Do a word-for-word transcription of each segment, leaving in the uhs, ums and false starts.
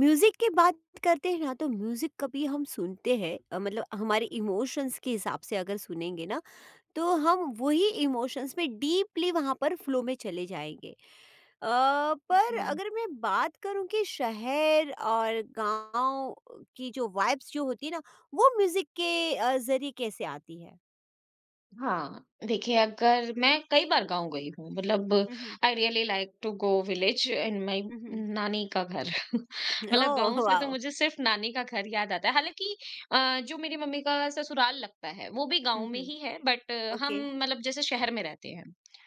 Music की बात करते हैं ना तो म्यूजिक कभी हम सुनते हैं अ, मतलब हमारे इमोशंस के हिसाब से अगर सुनेंगे ना तो हम वही इमोशंस में डीपली वहां पर फ्लो में चले जाएंगे। अ, पर जी। अगर मैं बात करूं कि शहर और गांव की जो वाइब्स जो होती है ना वो म्यूजिक के अ, जरिए कैसे आती है। हाँ, देखिए अगर मैं कई बार गाँव गई हूँ मतलब हम्म। I really like to go village in my hmm. नानी का घर मतलब ओह गाँव से तो वाओ। मुझे सिर्फ नानी का घर याद आता है। हालाँकि अ, जो मेरी मम्मी का ससुराल लगता है वो भी गाँव में हम्म। ही है बट हम ओके। मतलब जैसे शहर में रहते हैं।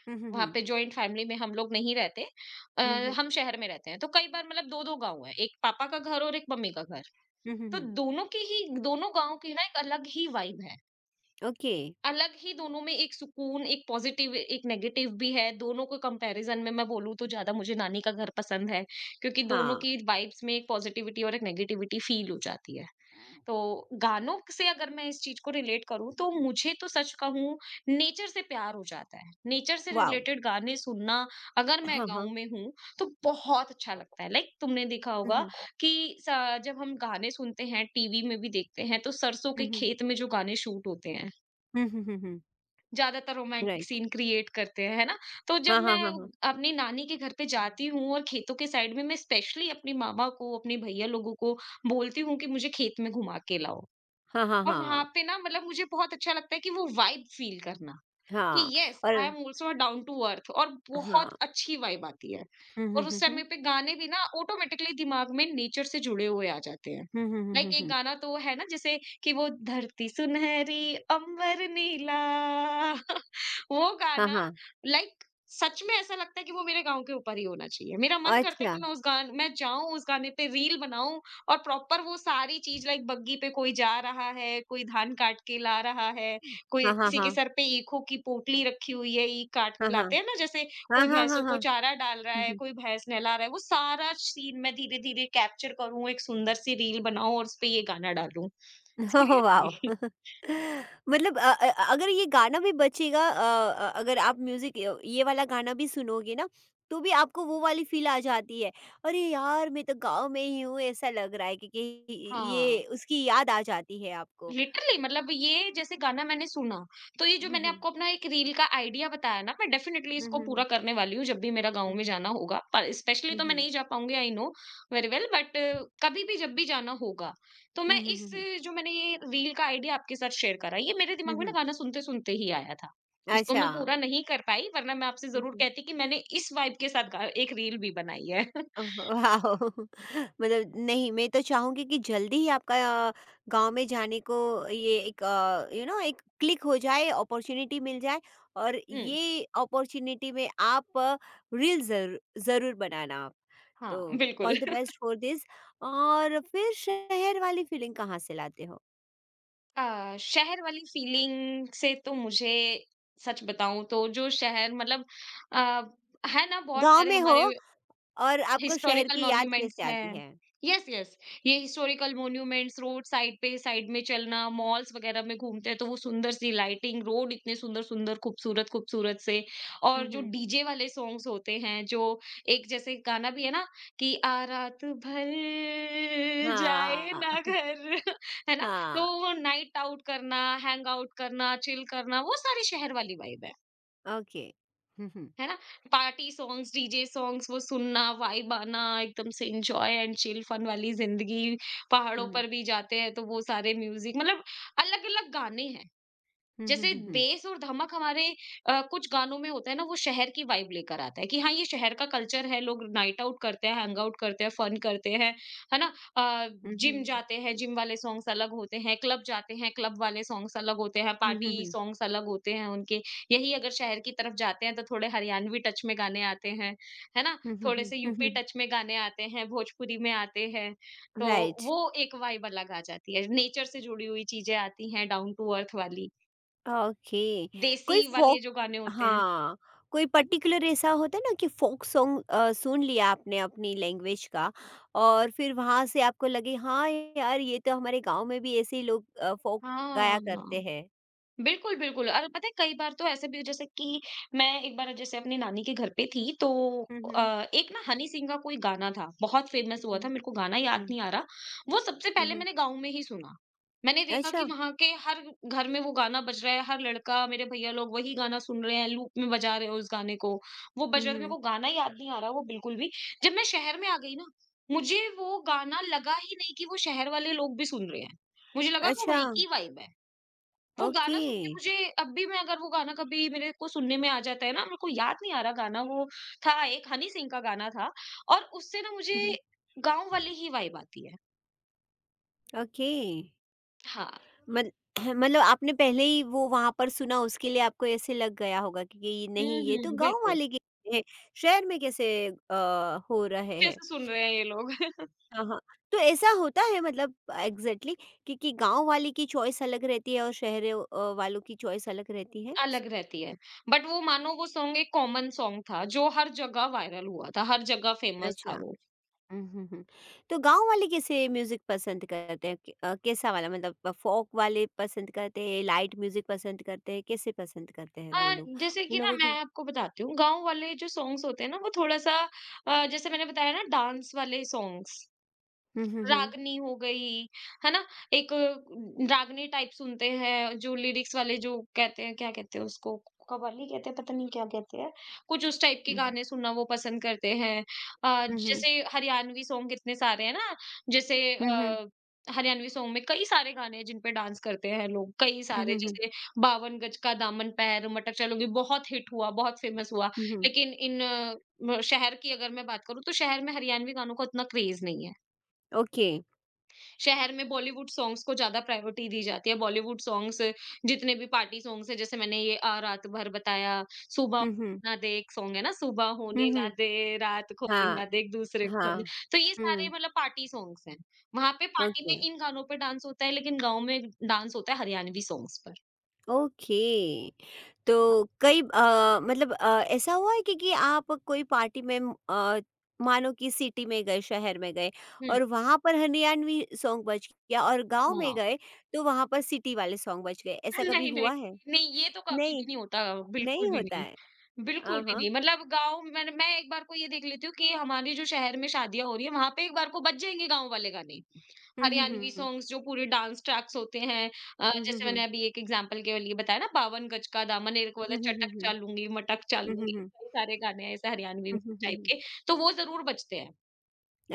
हम्म। वहाँ हम्म। पे जॉइंट फैमिली में हम लोग नहीं रहते। अ, हम्म। हम्म। हम शहर में रहते हैं। तो कई बार मतलब दो दो गाँव हैं, एक पापा का घर और एक मम्मी का घर। हम्म। तो हम्म, दोनों के ही दोनों गाँव की ना एक अलग ही वाइब है। ओके। अलग ही दोनों में एक सुकून, एक पॉज़िटिव, एक नेगेटिव भी है। दोनों के कंपैरिज़न में मैं बोलूँ तो ज़्यादा मुझे नानी का घर पसंद है, क्योंकि दोनों हाँ। की वाइब्स में एक पॉज़िटिविटी और एक नेगेटिविटी फ़ील हो जाती है। तो गानों से अगर मैं इस चीज़ को रिलेट करूँ, तो मुझे तो सच कहूँ नेचर से प्यार हो जाता है। नेचर से वाओ। रिलेटेड गाने सुनना अगर मैं गाँव हाँ। में हूँ, तो बहुत अच्छा लगता है। लाइक तुमने देखा होगा हाँ। कि स जब हम गाने सुनते हैं, टीवी में भी देखते हैं, तो सरसों के हुँ, हुँ। खेत में जो गाने शूट होते हैं हुँ, हुँ, हुँ, हुँ। ज्यादातर रोमांटिक राइट। सीन क्रिएट करते हैं, है ना? तो जब हाँ, हाँ, मैं हाँ, हाँ। अपनी नानी के घर पे जाती हूँ और खेतों के साइड में मैं स्पेशली अपनी मामा को, अपने भैया लोगों को बोलती हूँ कि मुझे खेत में घुमा के लाओ हाँ, हाँ, और वहाँ हाँ। पे ना मतलब मुझे बहुत अच्छा लगता है कि वो वाइब फील करना। कि हाँ, यस आई और am also down to earth और बहुत हाँ। अच्छी वाइब आती है हुँ, हुँ, और उस हुँ, समय हुँ। पे गाने भी ना ऑटोमेटिकली दिमाग में नेचर से जुड़े हुए आ जाते हैं। हुँ, हुँ, हुँ, हुँ, लाइक एक हुँ। गाना तो है ना जैसे कि वो धरती सुनहरी अंबर नीला वो हाँ, गाना हाँ। लाइक सच में ऐसा लगता है कि वो मेरे गांव के ऊपर ही होना चाहिए। मेरा मन करता है अच्छा। कि मैं उस गान मैं जाऊं उस गाने पे रील बनाऊं और प्रॉपर वो सारी चीज लाइक बग्गी पे कोई जा रहा है, कोई धान काट के ला रहा है, कोई हाँ, हाँ, किसी के हाँ। सर पे ईखों की पोटली रखी हुई है, ईख काट हाँ, के हाँ। लाते हैं ना जैसे। हाँ, कोई हाँ, हाँ, भैंसों को हाँ। चारा डाल रहा हुँ, है, हुँ। कोई भैंस नहला रहा है, वो सारा सीन मैं धीरे-धीरे कैप्चर करूँ, एक सुंदर सी रील बनाऊँ और उस पे ये गाना डालूँ। ओह वाव! सीरियसली मतलब अ अ, अगर ये गाना भी बजेगा। अ अ, अगर आप म्यूज़िक य ये वाला गाना भी सुनोगे ना, तो भी आपको वो वाली फ़ील आ जाती है। अरे यार! मैं तो गाँव में ही हूँ, ऐसा लग रहा है क्योंकि हाँ। ये उसकी याद आ जाती है आपको। लिटरली मतलब ये जैसे गाना मैंने सुना, तो ये जो हुँ, मैंने हुँ। आपको अपना एक रील का आइडिया बताया ना, मैं डेफिनिटली हुँ, इसको हुँ, पूरा हुँ। करने वाली हूँ जब भी मेरा गाँव हुँ, में हुँ। जाना होगा। पर स्पेशली हुँ, तो मैं हुँ। नहीं जा पाऊँगी, I know very well, but कभी भी जब भी जाना होगा, तो हुँ, मैं हुँ, इस हुँ, हुँ। अ, जो मैंने ये रील का आइडिया आपके साथ शेयर करा, ये मेरे हुँ, दिमाग में ना हुँ। गाना सुनते-सुनते ही आया था। इसको अच्छा। मैं पूरा नहीं कर पाई वरना मैं आपसे हुँ, ज़रूर हुँ। कहती कि मैंने इस वाइब के साथ गा एक रील भी बनाई है। Oh wow! मतलब नहीं, मैं तो चाहूँगी कि जल्दी ही आपका गाँव में जाने को ये एक, अ, यू नो, एक क्लिक हो जाए, अपॉर्च्युनिटी मिल जाए और हुँ, ये अपॉर्च्युनिटी में आप रील ज़रू ज़रूर बनाना आप। हाँ, तो बिल्कुल। All the best for this. और फिर शहर वाली फीलिंग कहाँ से लाते हो? अ, शहर वाली फीलिंग से तो मुझे सच बताऊं तो जो शहर मतलब अ, है ना बहुत गाँव सारे में हो हमारे और आपको शहर हिस्टोरिकल की याद मॉन्यूमेंट्स कैसे आती हैं। है? यस यस, ये हिस्टोरिकल मॉन्यूमेंट्स रोड साइड पे साइड में चलना, मॉल्स वगैरह में घूमते हैं तो वो सुंदर सी लाइटिंग, रोड इतने सुंदर-सुंदर, खूबसूरत-खूबसूरत से हुँ, और जो हुँ। डीजे वाले सॉन्ग्स होते हैं जो एक जैसे गाना भी है ना कि आ रात भर जाए हाँ, ना घर है ना? तो हाँ। वो नाइट आउट करना, हैंग आउट करना, चिल करना वो सारी शहर वाली वाइब है। ओके। हम्म। है ना? पार्टी सॉन्ग्स, डीजे सॉन्ग्स वो सुनना, वाइब आना, एकदम से एन्जॉय एंड चिल फन वाली ज़िंदगी, पहाड़ों हम्म। पर भी जाते हैं तो वो सारे म्यूज़िक मतलब अलग-अलग गाने हैं। हम्म। जैसे हम्म। हम्म। बेस और धमक हमारे अ, कुछ गानों में होता है ना, वो शहर की वाइब लेकर आता है कि हाँ ये शहर का कल्चर है, लोग नाइट आउट करते हैं, हैंग आउट करते हैं, फन करते हैं, है ना? जिम जाते हैं, जिम वाले सॉन्ग्स अलग होते हैं, क्लब जाते हैं, क्लब वाले सॉन्ग्स अलग होते हैं, हम्म। पार्टी हम्म। सॉन्ग्स अलग होते हैं उनके। यही अगर शहर की तरफ जाते हैं तो थोड़े हरियाणवी टच में गाने आते हैं, है ना, हम्म। थोड़े से यूपी हम्म। टच में गाने आते हैं, भोजपुरी में आते हैं। तो राइट। वो एक वाइब अलग आ जाती है, नेचर से जुड़ी हुई चीजें आती हैं, डाउन टू अर्थ वाली ओके। देसी कोई वाले फोक। जो गाने होते हैं, हाँ, कोई है ना? पर्टिकुलर ऐसा होता है ना कि फोक सॉन्ग सुन लिया आपने अपनी लैंग्वेज का और फिर वहां से आपको लगे हाँ यार ये तो हमारे गांव में भी ऐसे ही लोग फोक गाया हाँ। करते हैं। बिल्कुल, बिल्कुल, और पता है कई बार तो ऐसे भी जैसे कि मैं एक बार जैसे अपनी नानी के घर पे थी तो हम्म। अ, एक ना हनी सिंह का कोई गाना था, बहुत फ़ेमस हुआ था, हम्म। मेरे को गाना याद हम्म। नहीं आ रहा। वो सबसे पहले हम्म। मैंने गाँव में ही सुना। मैंने देखा अच्छा। कि वहाँ के हर घर में वो गाना बज रहा है, हर लड़का, मेरे भैया लोग वही गाना सुन रहे हैं, लूप में बजा रहे हैं उस गाने को। वो बज रहा था, मेरे हम्म। को गाना याद नहीं आ रहा वो बिल्कुल भी। जब मैं शहर में आ गई ना, मुझे वो गाना लगा ही नहीं कि वो शहर वाले लोग भी सुन रहे हैं। मुझे लगा वो अच्छा। वहीं की वाइब है। वो गाना ओके। सुन के मुझे अब भी, मैं अगर वो गाना कभी मेरे को सुनने में आ जाता है ना, मेरे को याद नहीं आ रहा गाना, वो था एक हनी सिंह का गाना था और उससे ना मुझे हम्म। गाँव वाली ही वाइब आती है। ओके। हाँ। मत मतलब आपने पहले ही वो वहाँ पर सुना, उसके लिए आपको ऐसे लग गया होगा कि ये हुँ, नहीं, ये तो हुँ, गाँव बिल्कुल। वाले के हैं, शहर में कैसे अ, हो रहे हैं। कैसे सुन रहे हैं ये लोग? हाँ, हाँ। तो ऐसा होता है मतलब, एग्ज़ैक्टली, कि कि गाँव वाले की चॉइस अलग रहती है और शहर अ, वालों की चॉइस अलग रहती है? स अलग रहती है। बट वो मानो वो सॉन्ग एक कॉमन सॉन्ग था जो हर जगह वायरल हुआ था, हर जगह फेमस था अच्छा। वो। हुँ, हुँ, हुँ। तो गाँव वाले कैसे म्यूज़िक पसंद करते हैं? क अ, कैसा वाला मतलब फ़ोक वाले पसंद करते हैं, लाइट म्यूज़िक पसंद करते हैं, कैसे पसंद करते हैं वो अ, लोग? जैसे कि उन ना लोगों मैं की। आपको बताती हूँ, गाँव वाले जो सॉन्ग्स होते हैं ना वो थोड़ा-सा, अ, जैसे मैंने बताया ना डांस वाले सॉन्ग्स, हुँ, हुँ, हुँ। रागनी हो गई, है ना? एक अ, रागनी टाइप सुनते हैं, जो लिरिक्स वाले, जो कहते हैं क्या कहते हैं उसको? कव्वाली कहते हैं, पता नहीं क्या कहते हैं। कुछ उस टाइप के हुँ। गाने सुनना वो पसंद करते हैं। अ, हुँ, हुँ। जैसे हरियाणवी सॉन्ग कितने सारे हैं ना, जैसे हुँ, हुँ। अ, हरियाणवी सॉन्ग में कई सारे गाने हैं जिन पे डांस करते हैं लोग, कई हुँ, सारे हुँ, हुँ। जैसे बावन गज का दामन पैर, मटक चलोगी बहुत हिट हुआ, बहुत फेमस हुआ। हुँ, हुँ। लेकिन इन अ, म शहर की अगर मैं बात करूँ तो शहर में हरियाणवी गानों का उतना क्रेज़ नहीं है। ओके। शहर में बॉलीवुड सॉन्ग्स को ज़्यादा प्रायोरिटी दी जाती है। बॉलीवुड सॉन्ग्स जितने भी पार्टी सॉन्ग्स हैं जैसे मैंने ये आ रात भर बताया, सुबह हुँ, हुँ। होने ना दे एक सॉन्ग है ना, सुबह हुँ, होने ना हुँ। दे, रात खोने हाँ, ना दे, एक दूसरे को होने। हाँ। तो ये सारे हुँ। मतलब पार्टी सॉन्ग्स हैं। वहाँ पे पार्टी ओके, में इन गानों पे डांस होता है लेकिन गाँव में डांस होता है हरियाणवी सॉन्ग्स पर। ओके। तो कई अ, मतलब, अ, ऐसा हुआ है कि कि आप कोई पार्टी में, अ, मानो कि सिटी में गए, शहर में गए हुँ, और वहाँ पर हरियाणवी सॉन्ग बज गया, और गाँव में हाँ। गए तो वहाँ पर सिटी वाले सॉन्ग बज गए, ऐसा कभी नहीं, नहीं, हुआ है? नहीं ये तो कभी नहीं, भी नहीं होता, बिल्कुल नहीं भी होता नहीं। है। अ, बिल्कुल भी हाँ। नहीं। मतलब गाँव में मैं एक बार को ये देख लेती हूँ कि हमारे जो शहर में शादियाँ हो रही है, वहाँ पे एक बार को बज जाएँगे गाँव वाले गाने। हुँ, हुँ, हरियाणवी हुँ। सॉन्ग्स जो पूरे डांस ट्रैक्स होते हैं, अ, हुँ, हुँ, जैसे मैंने हुँ। अभी एक एग्जांपल के लिए बताया ना बावन गज का दामन, एक वाला हुँ, हुँ, हुँ, चटक हुँ। चालूँगी, मटक हुँ, हुँ, चालूँगी, हुँ। कई सारे गाने हैं ऐसे हरियाणवी हुँ, हुँ, हुँ, टाइप हुँ। के, तो वो ज़रूर बजते हैं।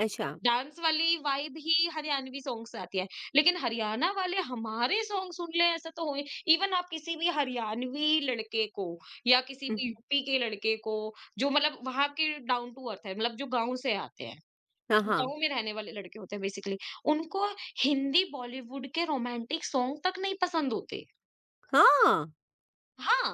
अच्छा। डांस वाली वाइब ही हरियाणवी सॉन्ग से आती है। लेकिन हरियाणा वाले हमारे सॉन्ग सुन ले ऐसा तो हो ही। इवन आप किसी भी हरियाणवी लड़के को या किसी हुँ, भी हुँ। यूपी के लड़के को, जो मतलब वहाँ के डाउन टू अर्थ है, मतलब जो गाँव से आते हैं, हाँ, जो हाँ। गाँव में रहने वाले लड़के होते हैं बेसिकली, उनको हिंदी बॉलीवुड के रोमांटिक सॉन्ग तक नहीं पसंद होते। हाँ! हाँ,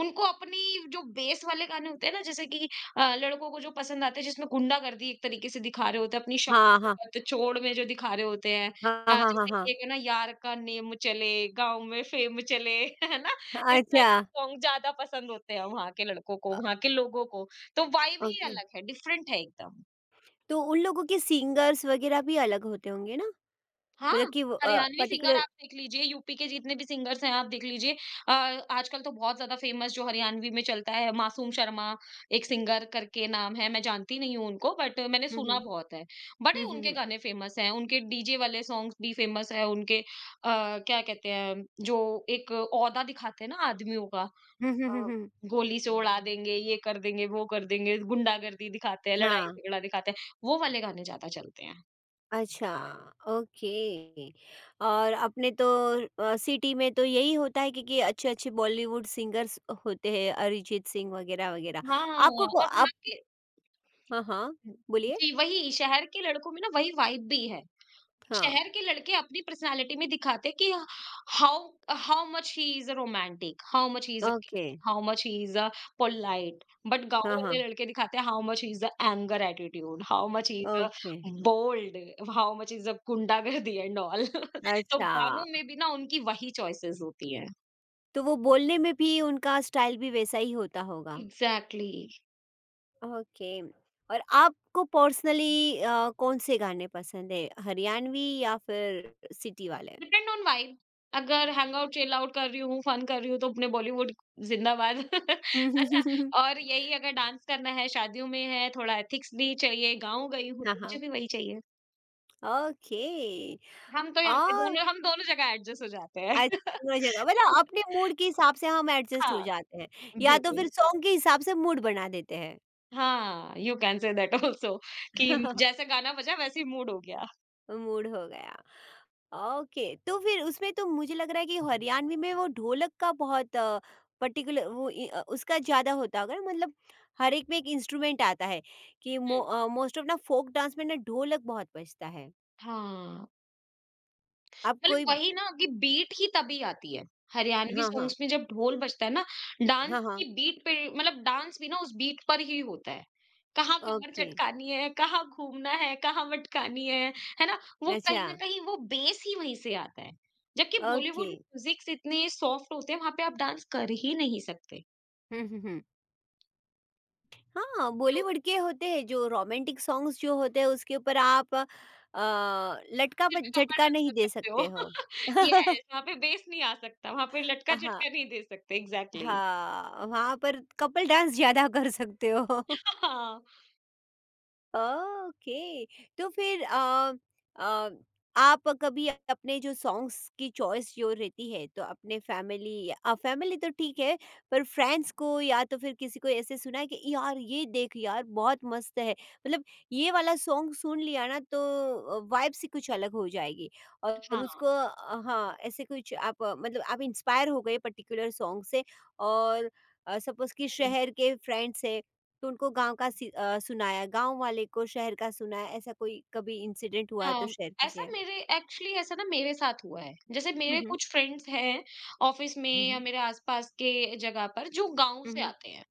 उनको अपनी जो बेस वाले गाने होते हैं ना जैसे कि अ, लड़कों को जो पसंद आते हैं जिसमें गुंडागर्दी एक तरीके से दिखा रहे होते हैं, अपनी शान हाँ, हाँ। शौकत, छोड़ में जो दिखा रहे होते हैं। हाँ, अ, हाँ, हाँ, जैसे हाँ। कि एक है ना यार का नेम चले, गाँव में फेम चले, है ना? इस टाइप अच्छा। के सॉन्ग ज़्यादा पसंद होते हैं वहाँ के लड़कों को, अ, वहाँ के लोगों को। तो वाइब ही ओके। अलग है, डिफरेंट है एकदम। तो उन लोगों के सिंगर्स वगैरह भी अलग होते होंगे ना? हाँ, मतलब कि वो अ, हरियाणवी सिंगर पर्टिकुलर। आप देख लीजिए, यूपी के जितने भी सिंगर्स हैं आप देख लीजिए। अ, आजकल तो बहुत ज़्यादा फेमस जो हरियाणवी में चलता है, मासूम शर्मा एक सिंगर करके नाम है, मैं जानती नहीं हूँ उनको बट मैंने हुँ, सुना हुँ। बहुत है। बड़े हुँ, हुँ, उनके हुँ। गाने फेमस हैं, उनके डीजे वाले सॉन्ग्स भी फेमस हैं, उनके अ, क्या कहते हैं जो एक ओहदा दिखाते हैं ना आदमियों का हुँ, हुँ, हुँ, अ, हुँ। गोली से उड़ा देंगे, ये कर देंगे, वो कर देंगे, गुंडागर्दी दिखाते हैं, हाँ, लड़ाई-झगड़ा दिखाते हैं, वो वाले गाने ज़्यादा चलते हैं। अच्छा, ओके। और अपने तो अ, सिटी में तो यही होता है कि कि अच्छे-अच्छे बॉलीवुड सिंगर्स होते हैं, अरिजीत सिंह वगैरह, वगैरह। हाँ, आपको को और वहाँ आप। के हाँ, हाँ। बोलिए? जी, वही शहर के लड़कों में ना वही वाइब भी है। हाँ, शहर के लड़के अपनी पर्सनैलिटी में दिखाते कि how how much he is a romantic, how much he is a okay. How much he is a polite, but गाँव हाँ, वाले हाँ। लड़के दिखाते हैं how much he is a anger attitude, how much he is a okay. Bold, how much he is a गुंडागर्दी and all तो अच्छा। गानों में भी ना उनकी वही चॉइसेस होती हैं। तो वो बोलने में भी उनका स्टाइल भी वैसा ही होता होगा। एग्ज़ैक्टली। ओके। और आपको पर्सनली अ, कौन-से गाने पसंद है? हरियाणवी या फिर सिटी वाले? Depend on vibe. अगर हैंगआउट चिल आउट कर रही हूँ, फन कर रही हूँ तो अपने बॉलीवुड जिंदाबाद है ना? और यही अगर डांस करना है, शादियों में है, थोड़ा एथिक्स भी चाहिए, गाँव गई हूँ हाँ, तो मुझे हाँ। भी वही चाहिए। ओके। हम तो यहाँ पे और दोनों हम दोनों जगह एडजस्ट हो जाते हैं। अ, दोनों जगह मतलब अपने मूड के हिसाब से हम एडजस्ट हाँ, हो जाते हैं या तो बिल्कुल। फिर सॉन्ग के हिसाब से मूड बना देते हैं। हाँ, you can say that also कि जैसा गाना बजा वैसे ही मूड हो गया। मूड हो गया। ओके, तो फिर उसमें तो मुझे लग रहा है कि हरियाणवी में वो ढोलक का बहुत पर्टिकुलर वो इ- अ, उसका ज़्यादा होता होगा ना, मतलब हर एक में एक इंस्ट्रूमेंट आता है कि हुँ। मोस्ट ऑफ ना फोक डांस में ना ढोलक बहुत बजता है। हाँ। आप मतलब कोई। वही ना कि बीट ही तभी आती है। हरियाणवी हाँ हाँ। सॉन्ग्स में जब ढोल बजता है ना, डांस हाँ की हाँ। बीट पे मतलब डांस भी ना उस बीट पर ही होता है। कहाँ कमर ओके। चटकानी है, कहाँ घूमना है, कहाँ मटकानी है, है ना? वो कहीं अच्छा। न कहीं वो बेस ही वहीं से आता है। जबकि बॉलीवुड ओके। म्यूज़िक्स इतने सॉफ्ट होते हैं, वहाँ पे आप डांस कर ही नहीं सकते। हम्म। हम्म। हम्म। हाँ, तो बॉलीवुड के होते हैं जो रोमांटिक सॉन्ग्स जो होते हैं उसके ऊपर आप अ, लटका सिर्फ़ पर एक अपर झटका डांस कर नहीं दे सकते हो। सकते हो। येस, वहाँ पे बेस नहीं आ सकता, वहाँ पे हाँ। लटका-झटका नहीं दे सकते एग्ज़ैक्टली। हाँ वहाँ पर कपल डांस ज्यादा कर सकते हो। हाँ, ओके। तो फिर अ, अ, आप कभी अपने जो सॉन्ग्स की चॉइस जो रहती है तो अपने फैमिली, अ, फैमिली तो ठीक है, पर फ्रेंड्स को या तो फिर किसी को ऐसे सुना है कि यार ये देख यार बहुत मस्त है, मतलब ये वाला सॉन्ग सुन लिया ना तो वाइब से कुछ अलग हो जाएगी, और हाँ। उसको अ, हाँ ऐसे कुछ आप, अ, मतलब आप इंस्पायर हो गए पर्टिकुलर सॉन्ग से, और सपोज कि शहर के फ्रेंड्स है तो उनको गाँव का सी अ, सुनाया, गाँव वाले को शहर का सुनाया, ऐसा कोई कभी इंसिडेंट हुआ है तो हाँ, शेयर ऐसा कीजिए? मेरे एक्चुअली ऐसा ना मेरे साथ हुआ है। जैसे हुँ, मेरे हुँ। कुछ फ्रेंड्स हैं ऑफिस में हुँ, या हुँ। मेरे आस-पास के जगह पर जो गाँव हुँ, से हुँ। आते हैं,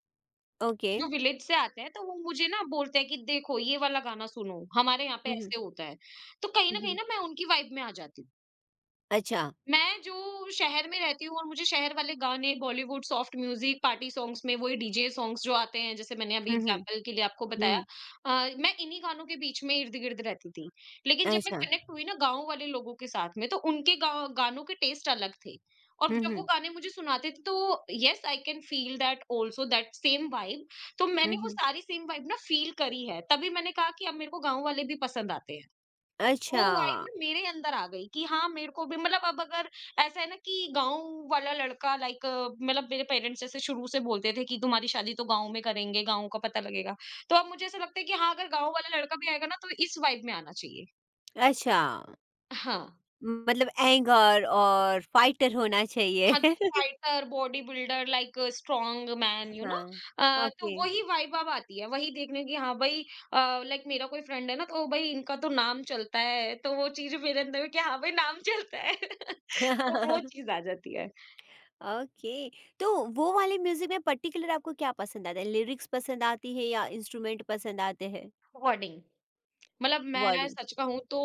ओके। जो विलेज से आते हैं, तो वो मुझे ना बोलते हैं कि देखो ये वाला गाना सुनो, हमारे यहाँ पे हुँ, हुँ। ऐसे होता है। तो कहीं न हुँ, कहीं हुँ। ना मैं उनकी वाइब में आ जाती हूँ। अच्छा। मैं जो शहर में रहती हूँ और मुझे शहर वाले गाने Bollywood soft music party songs में वही डीजे सॉन्ग्स जो आते हैं जैसे मैंने अभी हुँ, हुँ। एग्जांपल के लिए आपको बताया। हुँ, आ, मैं इन्हीं गानों के बीच में इर्द गिर्द रहती थी, लेकिन जब मैं अच्छा। कनेक्ट हुई ना गाँव वाले लोगों के साथ में तो उनके गा, गानों के टेस्ट अलग थे। और हुँ, जब वो हुँ। गाने मुझे सुनाते थे तो yes I can feel that also that same vibe. तो हुँ, मैंने वो हुँ। सारी सेम वाइब ना फील करी है, तभी मैंने कहा कि अब मेरे को गाँव वाले भी पसंद आते हैं। वो अच्छा, वाइब ना मेरे अंदर आ गई कि हाँ मेरे को भी, मतलब अब अगर ऐसा है ना कि गांव वाला लड़का लाइक, मतलब मेरे पेरेंट्स जैसे शुरू से बोलते थे कि तुम्हारी शादी तो गांव में करेंगे, गांव का पता लगेगा। तो अब मुझे ऐसा लगता है कि हाँ अगर गांव वाला लड़का भी आएगा ना तो इस वाइब में आना चाहिए। अच्छा। हाँ, मतलब एंगर और फाइटर होना चाहिए। हाँ, तो fighter body builder like strong man you know. हाँ, तो ओके। वही वाइब अब आती है वही देखने की, हाँ भाई, लाइक मेरा कोई फ्रेंड है ना तो भाई इनका तो नाम चलता है, तो वो चीज मेरे अंदर में कि हाँ भाई नाम चलता है तो वो चीज आ जाती है। ओके, तो वो वाले म्यूज़िक में पर्टिकुलर आपको क्या पसंद आता है? लिरिक्स पसंद आती है या इंस्ट्रूमेंट पसंद आते हैं? बॉन्डिंग। मतलब मैं वर्डिंग? सच कहूँ तो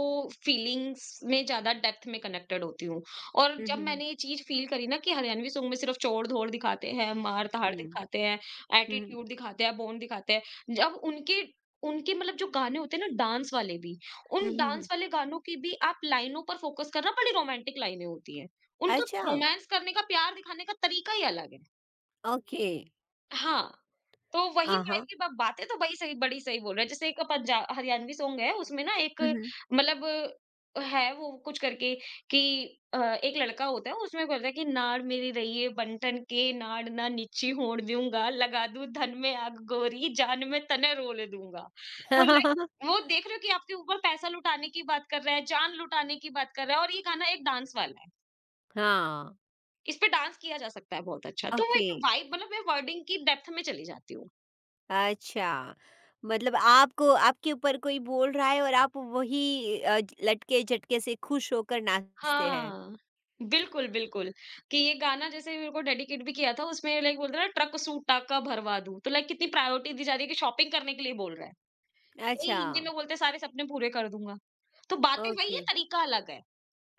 फीलिंग्स में ज़्यादा डेप्थ में कनेक्टेड होती हूँ। और हुँ, जब हुँ, हुँ। मैंने ये चीज़ फील करी ना कि हरियाणवी सॉन्ग में सिर्फ़ चोड़-धोड़ दिखाते हैं, मार-धाड़ हुँ। दिखाते हैं, हुँ, एटीट्यूड दिखाते हैं, बोन दिखाते हैं। जब उनके उनके मतलब जो गाने होते हैं ना डांस वाले भी, उन हुँ, हुँ, हुँ। डांस वाले गानों की भी आप लाइनों पर फ़ोकस करना, बड़ी रोमांटिक लाइनें होती हैं। उनका अच्छा, रोमांस करने का, प्यार दिखाने का तरीका ही अलग है। ओके। हाँ, तो वही आ वाइब हाँ। की ब बातें तो बड़ी सही बड़ी सही बोल रहे हैं। जैसे एक पंजा हरियाणवी सॉन्ग है, उसमें ना एक, हुँ, हुँ। मतलब है वो कुछ करके कि अ, एक लड़का होता है, उसमें बोलता है कि नाड़ मेरी रहिए बंटन के, नाड़ ना निच्ची होड़ दूँगा, लगा दूँ धन में आग गोरी, जान में तने रोल दूँगा। तो लाइक वो देख रहे हो कि आपके ऊपर पैसा लुटाने की बात कर रहा है, जान लुटाने की बात कर रहा है, और ये गाना एक डांस वाला है। हाँ, इस पे डांस किया जा सकता है बहुत अच्छा। तो वो ओके। एक वाइब, मतलब मैं वर्डिंग की डेप्थ में चली जाती हूँ। अच्छा। मतलब आपको आपके ऊपर कोई बोल रहा है और आप वही अ, लटके-झटके से खुश होकर नाचते हैं। हाँ, बिल्कुल, बिल्कुल, कि ये गाना जैसे मेरे को डेडिकेट भी किया था, उसमें लाइक बोलते हैं ना, ट्रक सूट टाका भरवा दूँ, तो लाइक कितनी प्रायोरिटी दी जा रही है कि शॉपिंग करने के लिए बोल रहा है। यही अच्छा, हिंदी में बोलते हैं सारे सपने पूरे कर दूँगा, तो बातें वही ओके, है, तरीका अलग है।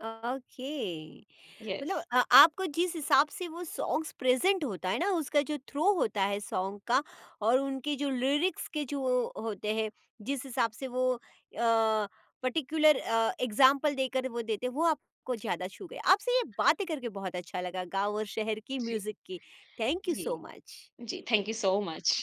ओके। यस, मतलब अ, आपको जिस हिसाब से वो सॉन्ग्स प्रेजेंट होता है ना उसका जो थ्रो होता है सॉन्ग का, और उनके जो लिरिक्स के जो होते हैं, जिस हिसाब से वो पर्टिकुलर एग्जाम्पल देकर वो देते, वो आपको ज़्यादा छू गए। आपसे ये बातें करके बहुत अच्छा लगा, गांव और शहर की जी, म्यूज़िक की। थैंक यू जी, सो मच। जी, थैंक यू सो मच।